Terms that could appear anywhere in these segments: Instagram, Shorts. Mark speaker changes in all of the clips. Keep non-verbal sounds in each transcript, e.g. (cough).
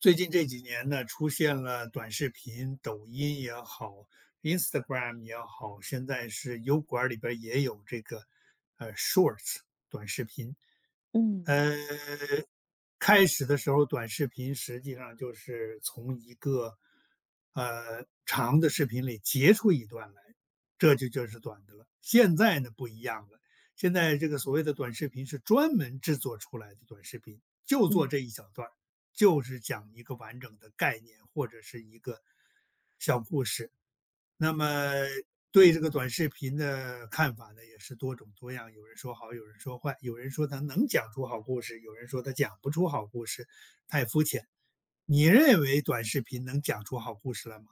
Speaker 1: 最近这几年呢，出现了短视频，抖音也好，Instagram 也好，现在是油管儿里边儿也有这个，Shorts 短视频。
Speaker 2: 嗯
Speaker 1: 呃，开始的时候短视频实际上就是从一个，长的视频里截出一段来，这就是短的了。现在呢不一样了，现在这个所谓的短视频是专门制作出来的短视频，就做这一小段儿就是讲一个完整的概念或者是一个小故事。那么对这个短视频的看法呢，也是多种多样。有人说好，有人说坏，有人说它能讲出好故事，有人说它讲不出好故事，太肤浅。你认为短视频能讲出好故事来吗？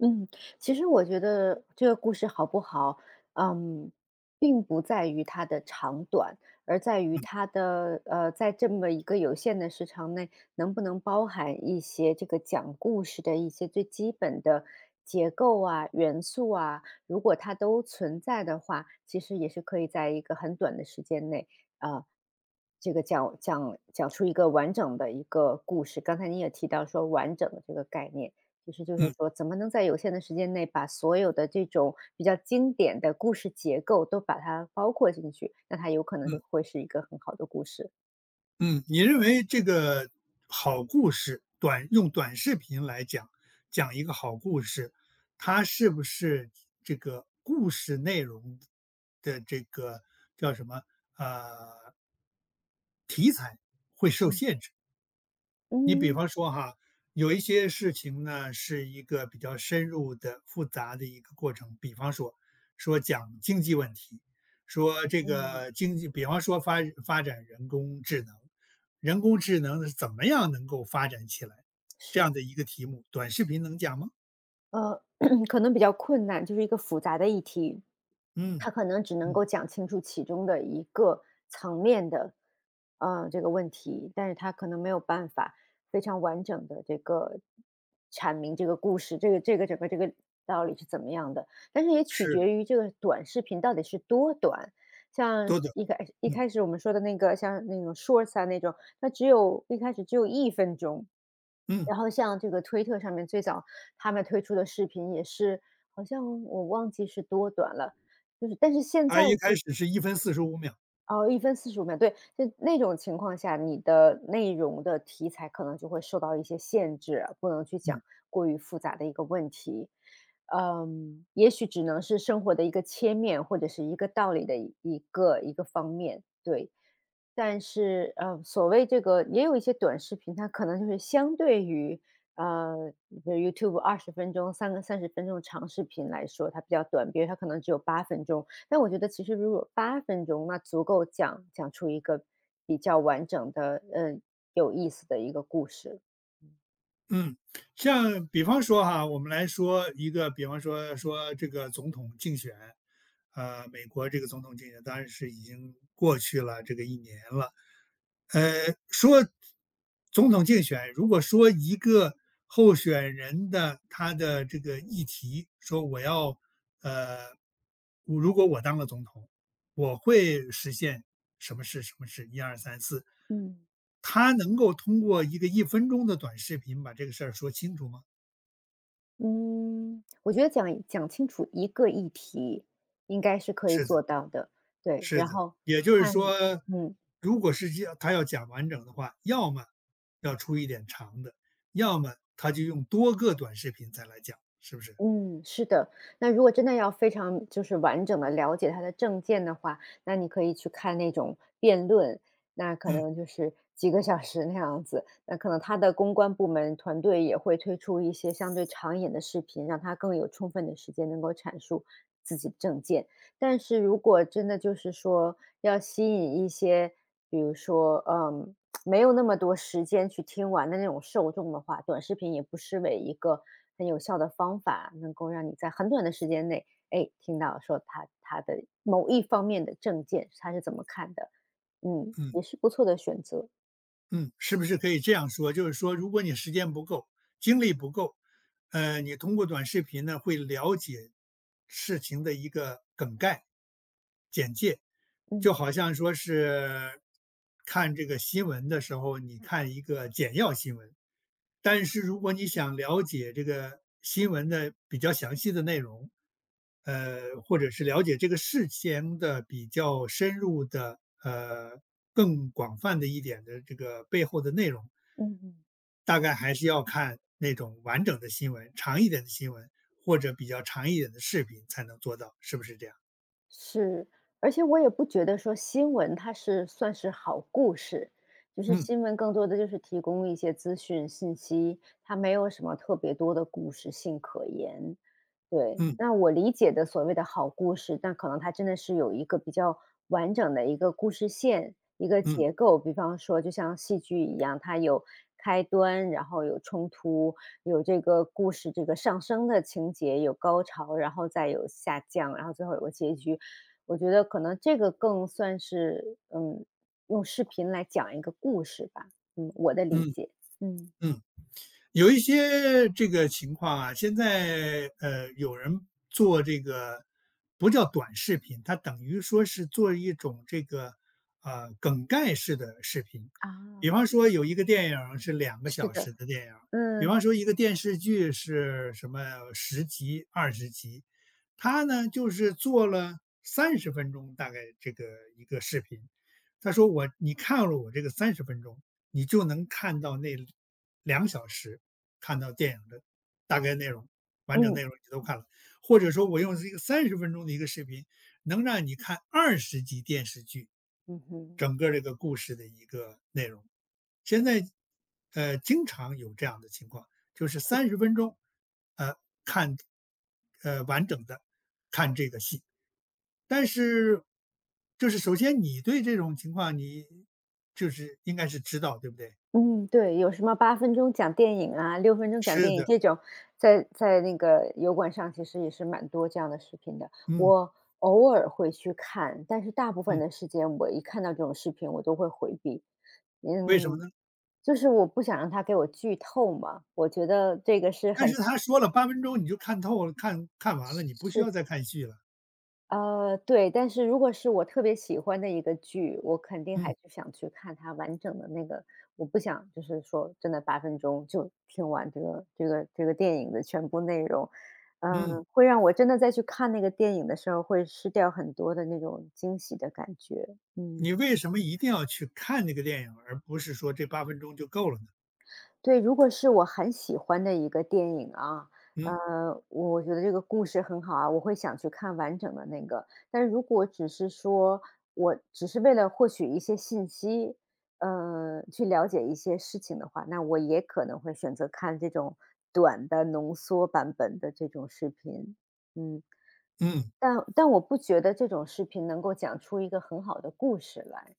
Speaker 2: 嗯，其实我觉得这个故事好不好，嗯，并不在于它的长短，而在于
Speaker 1: 嗯，
Speaker 2: 它的在这么一个有限的时长内，能不能包含一些这个讲故事的一些最基本的结构啊、元素啊，如果它都存在的话，其实也是可以在一个很短的时间内啊。这个讲出一个完整的一个故事，刚才你也提到说完整的这个概念，其实就是说，
Speaker 1: 嗯，
Speaker 2: 怎么能在有限的时间内把所有的这种比较经典的故事结构都把它包括进去，那它有可能就
Speaker 1: 嗯，
Speaker 2: 会是一个很好的故事。
Speaker 1: 嗯，你认为这个好故事，用短视频来讲，讲一个好故事，它是不是这个故事内容的这个叫什么？呃，哎，会受
Speaker 2: 嗯。
Speaker 1: 限制？你比
Speaker 2: 嗯，
Speaker 1: 方说哈，有一些事情呢，是一个比较深入的、复杂的一个过程。比方说，说讲经济问题，说这
Speaker 2: 嗯，
Speaker 1: 个经济，比方说发展人工智能，人工智能是怎么样能够发展起来，这
Speaker 2: 是。
Speaker 1: 样的一个题目，短视频能讲吗？
Speaker 2: 呃，(clears throat) 可能比较困难，就是一个复杂的议题，
Speaker 1: 嗯，
Speaker 2: 他可能只能
Speaker 1: 嗯，
Speaker 2: 够讲清楚其中的一个层面的，这个问题，但是他可能没有办法非常完整的这个阐明这个故事，这个整个这个道理是怎么样的。但是也取
Speaker 1: 是
Speaker 2: 决于这个短视频到底是多短，像
Speaker 1: 多的。
Speaker 2: 一开一
Speaker 1: 嗯，
Speaker 2: 开始我们说的那个，像那种 Shorts 啊那种，它只有一开始只有1分钟。
Speaker 1: 嗯，
Speaker 2: 然后像这个推特上面最早他们推出的视频也是，好像我忘记是多短了，就是但是现
Speaker 1: 啊，
Speaker 2: 在
Speaker 1: 一开
Speaker 2: 就是
Speaker 1: 始是1分45秒。
Speaker 2: 哦1分45秒，对，就那种情况下，你的内容的题材可能就会受到一些限制，不能去讲
Speaker 1: 嗯。
Speaker 2: 过于复杂的一个问题。嗯，也许只能是生活的一个切面，或者是一个道理的一个一个方面，对。但是，所谓这个也有一些短视频，它可能就是相对于，比如 YouTube 20分钟三个30分钟长视频来说，它比较短，比如它可能只有八分钟。但我觉得其实如果八分钟，那足够讲出一个比较完整的，嗯，有意思的一个故事。
Speaker 1: 嗯，像比方说哈，我们来说一个，比方说说这个总统竞选，美国这个总统竞选当然是已经过去了这个1年了。说总统竞选，如果说一个候选人的他的这个议题，说我要呃，我如果我当了总统，我会实现什么事什么事，一二三四。
Speaker 2: 嗯。
Speaker 1: 他能够通过一个1分钟的短视频把这个事儿说清楚吗？
Speaker 2: 嗯，我觉得讲清楚一个议题应该是可以
Speaker 1: 是的，
Speaker 2: 做到的，对，
Speaker 1: 是
Speaker 2: 然
Speaker 1: 的。
Speaker 2: 后
Speaker 1: 也就是
Speaker 2: 看
Speaker 1: 说，
Speaker 2: 嗯。
Speaker 1: 如果是这样他要讲完整的话，要么要出一点长的，要么他就用多个短视频再来讲，是不是？
Speaker 2: 嗯，是的。那如果真的要非常就是完整的了解他的政见的话，那你可以去看那种辩论，那可
Speaker 1: 嗯，
Speaker 2: 能就是几个小时那样子。那可能他的公关部门团队也会推出一些相对长一点的视频，让他更有充分的时间能够阐述自己的政见。但是如果真的就是说要吸引一些，比如说，没有那么多时间去听完的那种受众的话，短视频也不失为一个很有效的方法，能够让你在很短的时间内，哎，听到说他的某一方面的证件，他是怎么看的，嗯，
Speaker 1: 嗯。
Speaker 2: 也是不错的选择，
Speaker 1: 嗯，是不是可以这样说？就是说，如果你时间不够，精力不够，你通过短视频呢，会了解事情的一个梗概、简介，就
Speaker 2: 嗯
Speaker 1: 好像说是看这个新闻的时候，你看一个简要新闻，但是如果你想了解这个新闻的比较详细的内容，或者是了解这个事情的比较深入的，更广泛的一点的这个背后的内容，
Speaker 2: 嗯嗯。
Speaker 1: 大概还是要看那种完整的新闻，长一点的新闻，或者比较长一点的视频才能做到，是不是这样？
Speaker 2: 是，而且我也不觉得说新闻它是算是好故事，就是
Speaker 1: 嗯，
Speaker 2: 新闻更多的就是提供一些资讯信息，它没有什么特别多的故事性可言。对，
Speaker 1: 嗯，
Speaker 2: 那我理解的所谓的好故事，那可能它真的是有一个比较完整的一个故事线、一个
Speaker 1: 嗯，
Speaker 2: 结构，比方说就像戏剧一样，它有开端，然后有冲突，有这个故事这个上升的情节，有高潮，然后再有下降，然后最后有个结局。我觉得可能这个更算是，嗯，用视频来讲一个故事吧，嗯，我的理
Speaker 1: 嗯，
Speaker 2: 解，嗯。
Speaker 1: 嗯。有一些这个情况啊，现在有人做这个不叫短视频，它等于说是做一种这个梗概式的视频。比
Speaker 2: 啊，
Speaker 1: 方说有一个电影是两个
Speaker 2: 是
Speaker 1: 小时
Speaker 2: 的，
Speaker 1: 的电影，比
Speaker 2: 嗯，
Speaker 1: 方说一个电视剧是什么十集、二十集，他呢就是做了三十分钟大概这个一个视频。他说我你看了我这个三十分钟，你就能看到那2小时看到电影的大概内容，完整内
Speaker 2: 嗯，
Speaker 1: 容你都看了。或者说我用这个三十分钟的一个视频，能让你看二十集电视剧，
Speaker 2: 嗯哼，
Speaker 1: 整个这个故事的一个内容。现在，经常有这样的情况，就是三十分钟，呃，看完整的看这个戏。但是就是首先你对这种情况你就是应该是知道，对不对？
Speaker 2: 嗯，对，有什么八分钟讲电影啊六分钟讲
Speaker 1: 是
Speaker 2: 电影
Speaker 1: 的。
Speaker 2: 这种，在那个油管上其实也是蛮多这样的视频的。
Speaker 1: 嗯，
Speaker 2: 我偶尔会去看，但是大部分
Speaker 1: 嗯，
Speaker 2: 的时间我一看到这种视频我都会回避。
Speaker 1: 为什么
Speaker 2: 嗯，
Speaker 1: 呢？
Speaker 2: 就是我不想让他给我剧透嘛，我觉得这个是
Speaker 1: 但
Speaker 2: 很
Speaker 1: 是他说了八分钟你就看透了，看完了，你不需
Speaker 2: 是，
Speaker 1: 要再看续了。
Speaker 2: 对，但是如果是我特别喜欢的一个剧，我肯定还
Speaker 1: 嗯，
Speaker 2: 是想去看它完整的那个，我不想就是说真的八分钟就听完这个电影的全部内容。
Speaker 1: 嗯，
Speaker 2: 嗯，会让我真的再去看那个电影的时候，会失掉很多的那种惊喜的感觉，嗯。
Speaker 1: 你为什么一定要去看那个电影，而不是说这八分钟就够了呢？
Speaker 2: 对，如果是我很喜欢的一个电影啊，
Speaker 1: 嗯，
Speaker 2: 我觉得这个故事很好啊，我会想去看完整的那个。但是如果只是说我只是为了获取一些信息，去了解一些事情的话，那我也可能会选择看这种短的浓缩版本的这种视频。嗯，
Speaker 1: 嗯，
Speaker 2: 但我不觉得这种视频能够讲出一个很好的故事来。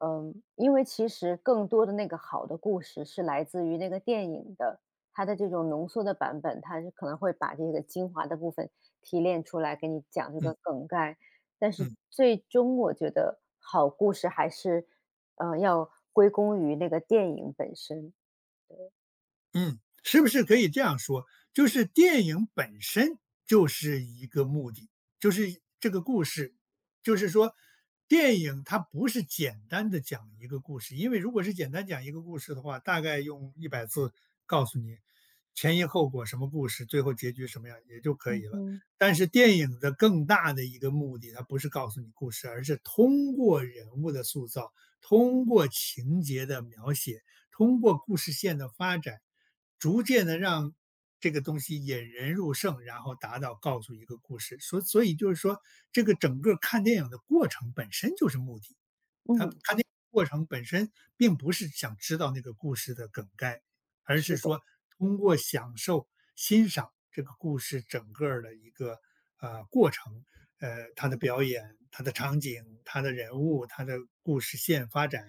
Speaker 2: 嗯，因为其实更多的那个好的故事是来自于那个电影的，它的这种浓缩的版本，它是可能会把这个精华的部分提炼出来给你讲这
Speaker 1: 嗯，
Speaker 2: 个梗概。但是
Speaker 1: 嗯。
Speaker 2: 最终我觉得好故事还是，要归功于那个电影本身。
Speaker 1: 嗯，是不是可以这样说，就是电影本身就是一个目的，就是这个故事，就是说电影它不是简单的讲一个故事，因为如果是简单讲一个故事的话，大概用100字告诉你前因后果、什么故事、最后结局什么样也就可
Speaker 2: 嗯
Speaker 1: 以了。
Speaker 2: 哼，
Speaker 1: 但是电影的更大的一个目的，它不是告诉你故事，而是通过人物的塑造，通过情节的描写。通过故事线的发展，逐渐的让这个东西引人入胜，然后达到告诉一个故事。所以就是说，这个整个看电影的过程本身就是目的。他
Speaker 2: 嗯，这
Speaker 1: 看那个过程本身并不是想知道那个故事的梗概，而是
Speaker 2: 是的，
Speaker 1: 说通过享受、欣赏这个故事整个儿的一个过程，他的表演、他的场景、他的人物、他的故事线发展，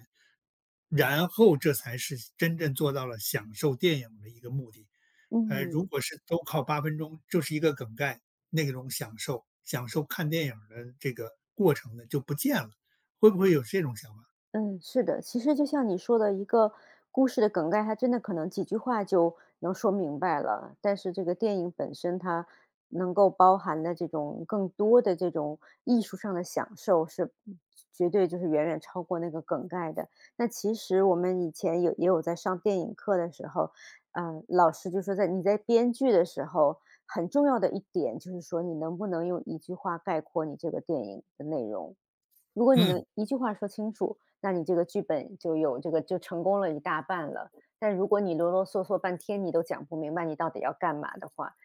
Speaker 1: 然后这才是真正做到了享受电影的一个目的。
Speaker 2: 嗯。
Speaker 1: 如果是都靠八分钟，就是一个梗概，那种享受、享受看电影儿的这个过程呢，就不见了。会不会有这种想法？
Speaker 2: 嗯，是的，其实就像你说的，一个故事的梗概，它真的可能几句话就能说明白了。但是这个电影本身，它能够包含的这种更多的这种艺术上的享受是，绝对就是远远超过那个梗概的。那其实我们以前也有在上电影课的时候，老师就说在你在编剧的时候，很重要的一点就是说，你能不能用一句话概括你这个电影的内容。如果你
Speaker 1: 嗯，
Speaker 2: 能一句话说清楚，那你这个剧本就有这个就成功了一大半了。但如果你啰啰嗦嗦半天，你都讲不明白你到底要干嘛的话，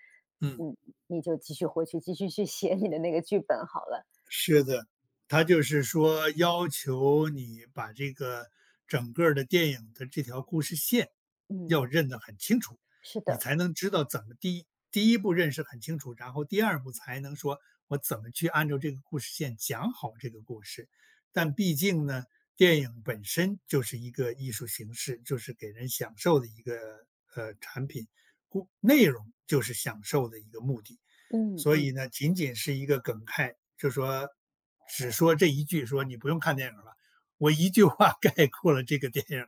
Speaker 1: 嗯，
Speaker 2: 嗯，你就继续回去继续去写你的那个剧本好了。
Speaker 1: 是的，他就是说要求你把这个整个儿的电影的这条故事线要
Speaker 2: 嗯，
Speaker 1: 认得很清楚，
Speaker 2: 是
Speaker 1: 你
Speaker 2: 的，
Speaker 1: 才能知道怎么第一步认识很清楚，然后第二步才能说我怎么去按照这个故事线讲好这个故事。但
Speaker 2: 对，
Speaker 1: 毕竟呢，电影本身就是一个艺术形式，就是给人享受的一个产品，故内容就是享受的一个目的。
Speaker 2: 嗯
Speaker 1: 所
Speaker 2: 嗯
Speaker 1: 以呢，仅仅是一个梗概，就说只说这一句，说你不用看电影了。我一句话 (laughs) 概括了这个电影，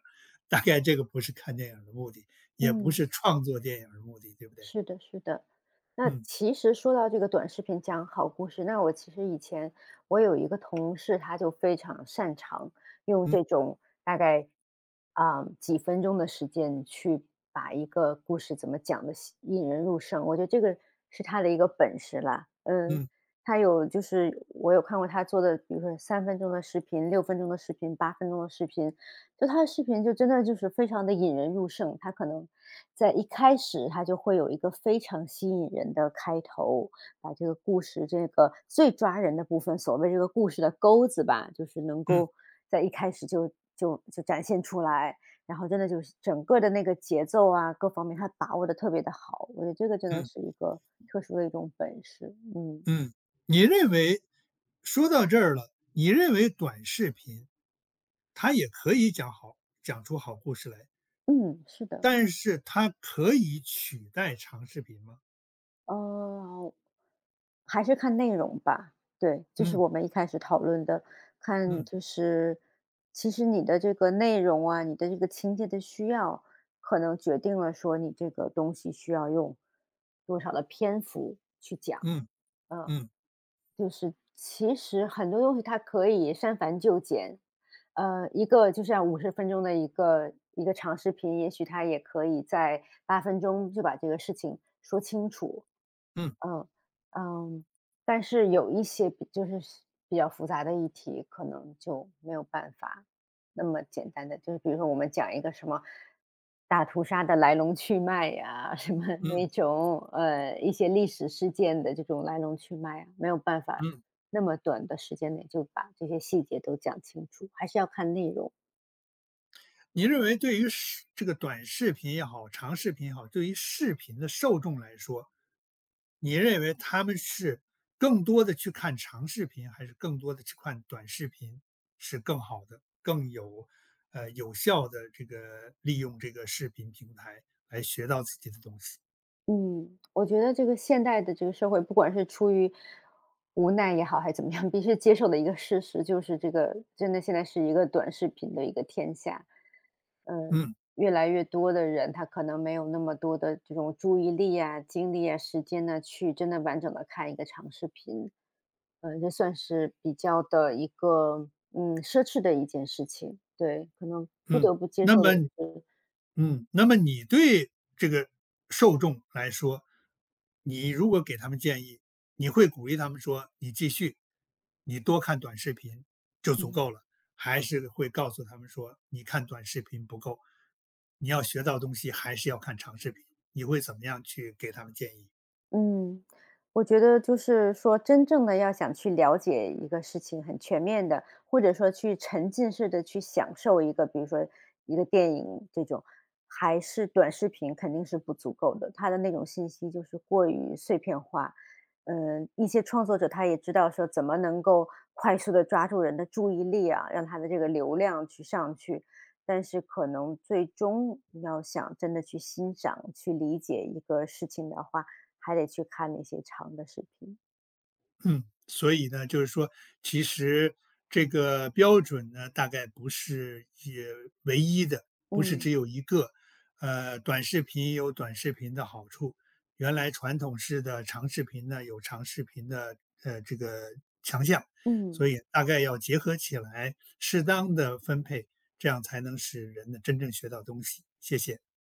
Speaker 1: 大概这个不是看电影的目的，也不
Speaker 2: 嗯。
Speaker 1: 是创作电影的目的，对不对？
Speaker 2: 是的，是的。那
Speaker 1: 嗯，
Speaker 2: 其实说到这个短视频讲好故事，那我其实以前我有一个同事，他就非常擅长用
Speaker 1: 嗯，
Speaker 2: 这种大概啊、几分钟的时间去把一个故事怎么讲的引人入胜，我觉得这个是他的一个本事啦。嗯，
Speaker 1: 嗯，
Speaker 2: 他有就是我有看过他做的，比如说3分钟的视频、六分钟的视频、八分钟的视频，就他的视频就真的就是非常的引人入胜，他可能在一开始他就会有一个非常吸引人的开头，把这个故事这个最抓人的部分，所谓这个故事的钩子吧，就是能
Speaker 1: 嗯，
Speaker 2: 够在一开始就展现出来，然后真的就是整个的那个节奏啊，各方面他把握的特别的好，我觉得这个真的
Speaker 1: 嗯，
Speaker 2: 是一个特殊的一种本事，嗯，
Speaker 1: 嗯，你认为说到这儿了，你认为短视频它也可以讲出好故事来，
Speaker 2: 嗯，是的。
Speaker 1: 但是它可以取代长视频吗？
Speaker 2: 呃还是看内容吧，对，就是
Speaker 1: 嗯，
Speaker 2: 我们一开始讨论的，看
Speaker 1: 嗯，
Speaker 2: 就是其实你的这个内容啊，你的这个情节的需要，可能决定了说你这个东西需要用多少的篇幅去讲，
Speaker 1: 嗯，
Speaker 2: 嗯。
Speaker 1: 嗯，
Speaker 2: 就是其实很多东西它可以删繁就简，一个就像50分钟的一个一个长视频，也许它也可以在八分钟就把这个事情说清楚。
Speaker 1: 嗯，
Speaker 2: 嗯，嗯，但是有一些就是比较复杂的议题，可能就没有办法。那么简单的，就是比如说我们讲一个什么大屠杀的来龙去脉呀，什么
Speaker 1: 嗯，嗯，
Speaker 2: 那种一些历史事件的这种来龙去脉啊，没有办法
Speaker 1: 嗯。
Speaker 2: 那么短的时间内就把这些细节都讲清楚，还是要看内容。
Speaker 1: 你认为对于这个短视频也好，长视频也好，对于视频的受众来说，你认为他们是更多的去看长视频，还是更多的去看短视频是更好的、更有有效的这个利用这个视频平台来学到自己的东西？
Speaker 2: 嗯，我觉得这个现代的这个社会，不管是出于无奈也好，还怎么样，必须接受的一个事实就是，这个真的现在是一个短视频的一个天下。嗯，
Speaker 1: 嗯，
Speaker 2: 越来越多的人，他可能没有那么多的这种注意力啊、精力啊、时间呢，去真的完整的看一个长视频，嗯，这算是比较的一个奢侈的一件事情，对，可能不
Speaker 1: 嗯，
Speaker 2: 得不接
Speaker 1: 那
Speaker 2: 受
Speaker 1: 么
Speaker 2: 的是，
Speaker 1: 嗯，那么你对这个受众来说，你如果给他们建议，你会鼓励他们说：“你继续，你多看短视频就足
Speaker 2: 嗯
Speaker 1: 够了。”还是会告诉他们说：“你看短视频不够，你要学到东西还是要看长视频。”你会怎么样去给他们建议？
Speaker 2: 嗯，我觉得就是说，真正的要想去了解一个事情很全面的，或者说去沉浸式的去享受一个，比如说一个电影这种，还是短视频肯定是不足够的。它的那种信息就是过于碎片化。嗯，一些创作者他也知道说怎么能够快速的抓住人的注意力啊，让他的这个流量去上去，但是可能最终要想真的去欣赏、去理解一个事情的话，还得去看那些长的视频。
Speaker 1: 嗯，所以呢，就是说，其实这个标准呢，大概不是也唯一的，不是
Speaker 2: 嗯，
Speaker 1: 只有一个。短视频有短视频的好处，原来传统式的长视频呢，有长视频的这个强项，所
Speaker 2: 嗯。
Speaker 1: 以大概要结合起来，适当的分配，这样才能使人呢真正学到东西。谢谢。